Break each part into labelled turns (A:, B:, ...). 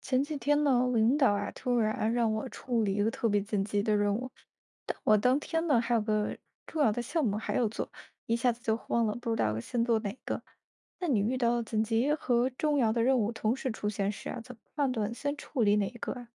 A: 前几天呢，领导啊突然让我处理一个特别紧急的任务，但我当天呢还有个重要的项目还要做，一下子就慌了，不知道先做哪个。那你遇到紧急和重要的任务同时出现时啊，怎么判断先处理哪一个啊？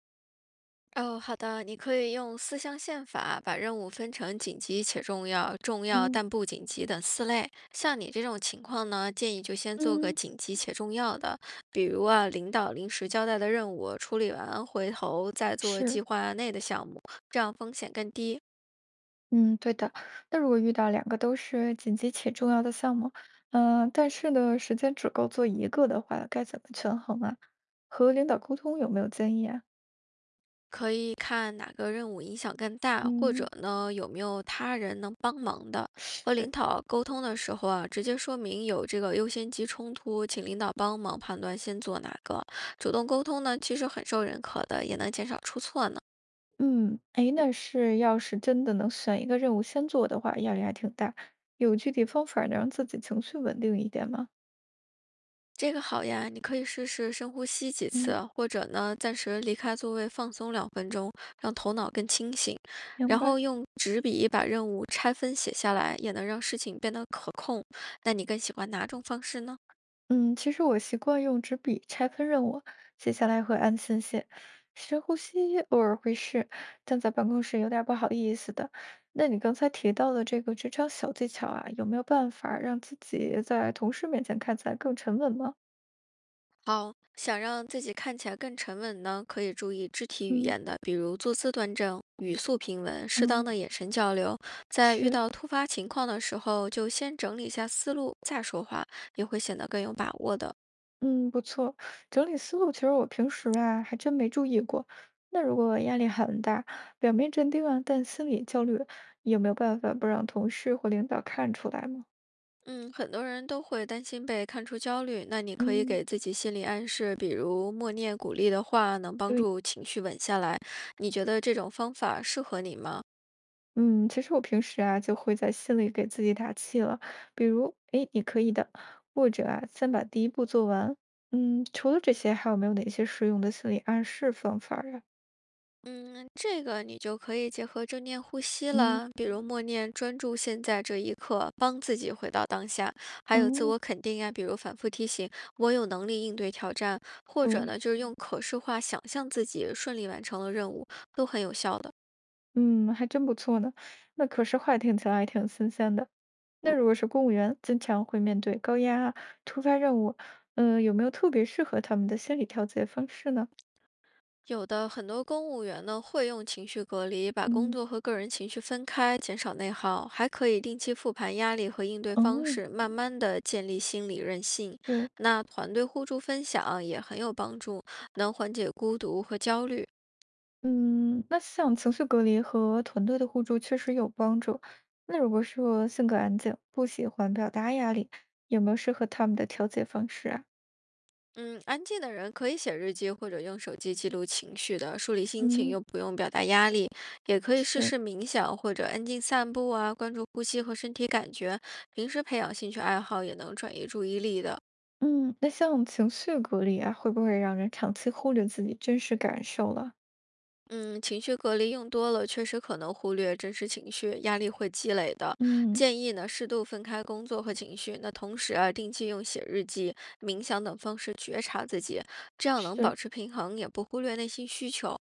B: 哦，好的，你可以用四象限法把任务分成紧急且重要、重要
A: 哦，
B: 但不紧急等四类。像你这种情况呢，建议就先做个
A: 嗯，
B: 紧急且重要的，比如啊，领导临时交代的任务处理完，回头再做
A: 是，
B: 计划内的项目，这样风险更低。
A: 嗯，对的。那如果遇到两个都是紧急且重要的项目，但是呢，时间只够做一个的话，该怎么权衡啊？和领导沟通有没有建议啊？
B: 可以看哪个任务影响更大，或者
A: 嗯。
B: 呢有没有他人能帮忙的。和领
A: 是，
B: 导沟通的时候啊，直接说明有这个优先级冲突，请领导帮忙判断先做哪个。主动沟通呢，其实很受认可的，也能减少出错呢。
A: 嗯，哎，那是要是真的能选一个任务先做的话，压力还挺大。有具体方法能让自己情绪稳定一点吗？
B: 这个好呀，你可以试试深呼吸几
A: 嗯，
B: 次，或者呢暂时离开座位放松2分钟，让头脑更清醒。
A: 明
B: 然后
A: 白。
B: 用纸笔把任务拆分写下来，也能让事情变得可控。那你更喜欢哪种方式呢？
A: 嗯，其实我习惯用纸笔拆分任务，写下来会安心些。深呼吸，偶尔会试，但在办公室有点不好意思的。那你刚才提到的这个职场小技巧啊，有没有办法让自己在同事面前看起来更沉稳吗？
B: 好，想让自己看起来更沉稳呢，可以注意肢体语
A: 嗯。
B: 言的，比如坐姿端正、语速平稳、适当
A: 嗯，
B: 的眼神交流。在遇
A: 是。
B: 到突发情况的时候，就先整理一下思路再说话，也会显得更有把握的。
A: 嗯，不错，整理思路其实我平时啊还真没注意过。那如果压力很大，表面镇定啊，但心里焦虑，有没有办法不让同事或领导看出来吗？
B: 嗯，很多人都会担心被看出焦虑，那你可以
A: 嗯，
B: 给自己心理暗示，比如默念鼓励的话，能帮
A: 对，
B: 助情绪稳下来。你觉得这种方法适合你吗？
A: 嗯，其实我平时啊就会在心里给自己打气了，比如，哎，你可以的，或者啊，先把第一步做完。嗯，除了这些，还有没有哪些实用的心理暗示方法呀？
B: 嗯，这个你就可以结合正念呼吸
A: 嗯，
B: 了，比如默念专注现在这一刻，帮自己回到当下，还有自
A: 哦，
B: 我肯定呀，比如反复提醒我有能力应对挑战，或者
A: 对。
B: 呢，就是用可视化想象自己顺利完成了任务，都很有效的。
A: 嗯，还真不错呢。那可视化听起来还挺新鲜的。那如果是公务员，经常会面对高压啊、突发任务，有没有特别适合他们的心理调节方式呢？
B: 有的很多公务员呢会用情绪隔离，把工
A: 嗯，
B: 作和个人情绪分开，减少内耗，还可以定期复盘压力和应对方
A: 哦，
B: 式，慢慢的建立心理韧性。
A: 对，
B: 那团队互助分享也很有帮助，能缓解孤独和焦虑。
A: 嗯，那像情绪隔离和团队的互助确实有帮助。那如果说性格安静，不喜欢表达压力，有没有适合他们的调节方式啊？
B: 嗯，安静的人可以写日记或者用手机记录情绪的，梳理心情
A: 嗯，
B: 又不用表达压力，也可以试
A: 是，
B: 试冥想或者安静散步啊，关注呼吸和身体感觉。平时培养兴趣爱好也能转移注意力的。
A: 嗯，那像情绪隔离啊，会不会让人长期忽略自己真实感受了？
B: 嗯，情绪隔离用多了，确实可能忽略真实情绪，压力会积累的。
A: 嗯，
B: 建议呢，适度分开工作和情绪，那同时啊，定期用写日记、冥想等方式觉察自己，这样能
A: 是，
B: 保持平衡，也不忽略内心需求。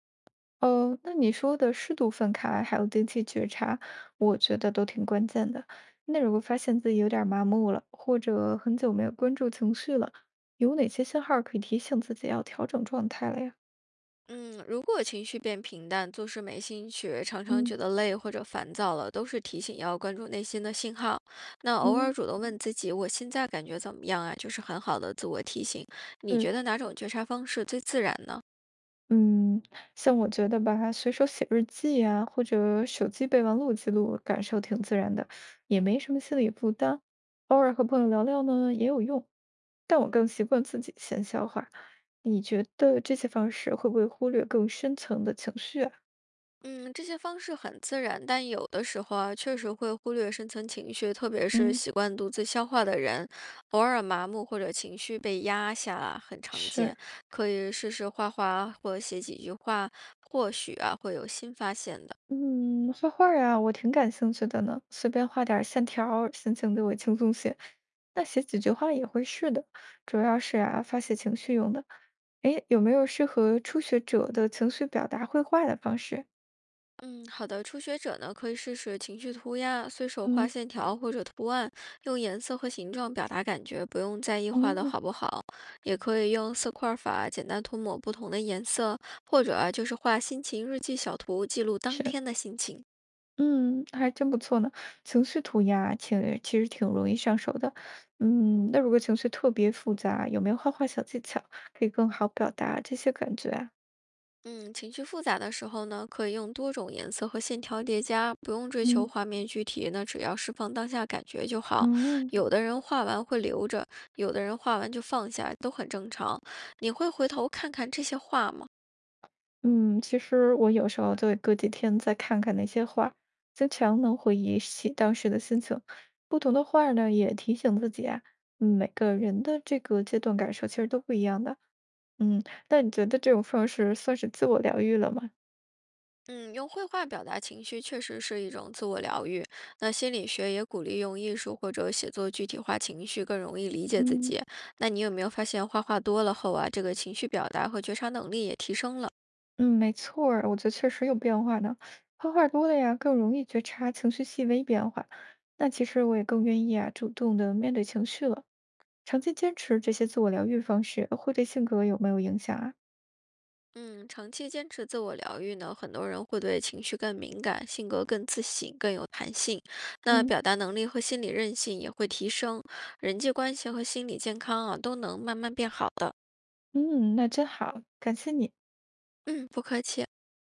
A: 那你说的适度分开，还有定期觉察，我觉得都挺关键的。那如果发现自己有点儿麻木了，或者很久没有关注情绪了，有哪些信号儿可以提醒自己要调整状态了呀？
B: 嗯，如果情绪变平淡，做事没兴趣，常常
A: 嗯，
B: 觉得累或者烦躁了，都是提醒要关注内心的信号。那偶尔
A: 嗯，
B: 主动问自己，我现在感觉怎么样啊？就是很好的自我提醒。你
A: 是
B: 觉得哪种觉察方式最自然呢？
A: 嗯，像我觉得吧，随手写日记呀，或者手机备忘录记录，感受挺自然的，也没什么心理负担。偶尔和朋友聊聊呢，也有用。但我更习惯自己先消化。你觉得这些方式会不会忽略更深层的情绪啊？
B: 嗯，这些方式很自然，但有的时候啊，确实会忽略深层情绪，特别是
A: 嗯，
B: 习惯独自消化的人，偶尔麻木或者情绪被压下啊很常
A: 是，
B: 见。可以试试画画啊或写几句话，或许啊会有新发现的。
A: 嗯，画画儿啊，我挺感兴趣的呢，随便画点儿线条儿，心情就会轻松些。那写几句话也会是的，主要是啊发泄情绪用的。诶，有没有适合初学者的情绪表达绘画的方式？
B: 嗯，好的。初学者呢，可以试试情绪涂鸦，随手画
A: 嗯，
B: 线条或者图案，用颜色和形状表达感觉，不用在意画的
A: 哦，
B: 好不好。也可以用色块法，简单涂抹不同的颜色，或者啊，就是画心情日记小图，记录当
A: 是，
B: 天的心情。
A: 嗯，还真不错呢。情绪涂鸦其实挺容易上手的。嗯，那如果情绪特别复杂，有没有画画小技巧可以更好表达这些感觉啊？
B: 嗯，情绪复杂的时候呢，可以用多种颜色和线条叠加，不用追求
A: 嗯，
B: 画面具体，那只要释放当下感觉就
A: 哦。
B: 好。有的人画完会留着，有的人画完就放下，都很正常。你会回头看看这些画吗？
A: 嗯，其实我有时候就会隔几天再看看那些画，经常能回忆起当时的心情。不同的画儿呢，也提醒自己啊，嗯每个人的这个阶段感受其实都不一样的。嗯，那你觉得这种方式算是自我疗愈了吗？
B: 嗯，用绘画表达情绪确实是一种自我疗愈。那心理学也鼓励用艺术或者写作具体化情绪，更容易理解自
A: 嗯，
B: 己。那你有没有发现画画多了后啊，这个情绪表达和觉察能力也提升了？
A: 嗯，没错儿，我觉得确实有变化呢。画画多了呀，更容易觉察情绪细微变化。那其实我也更愿意啊，主动的面对情绪了。长期坚持这些自我疗愈方式，会对性格有没有影响啊？
B: 嗯，长期坚持自我疗愈呢，很多人会对情绪更敏感，性格更自信，更有弹性。那
A: 嗯。
B: 表达能力和心理韧性也会提升，人际关系和心理健康啊，都能慢慢变好的。
A: 嗯，那真好，感谢你。
B: 嗯，不客气。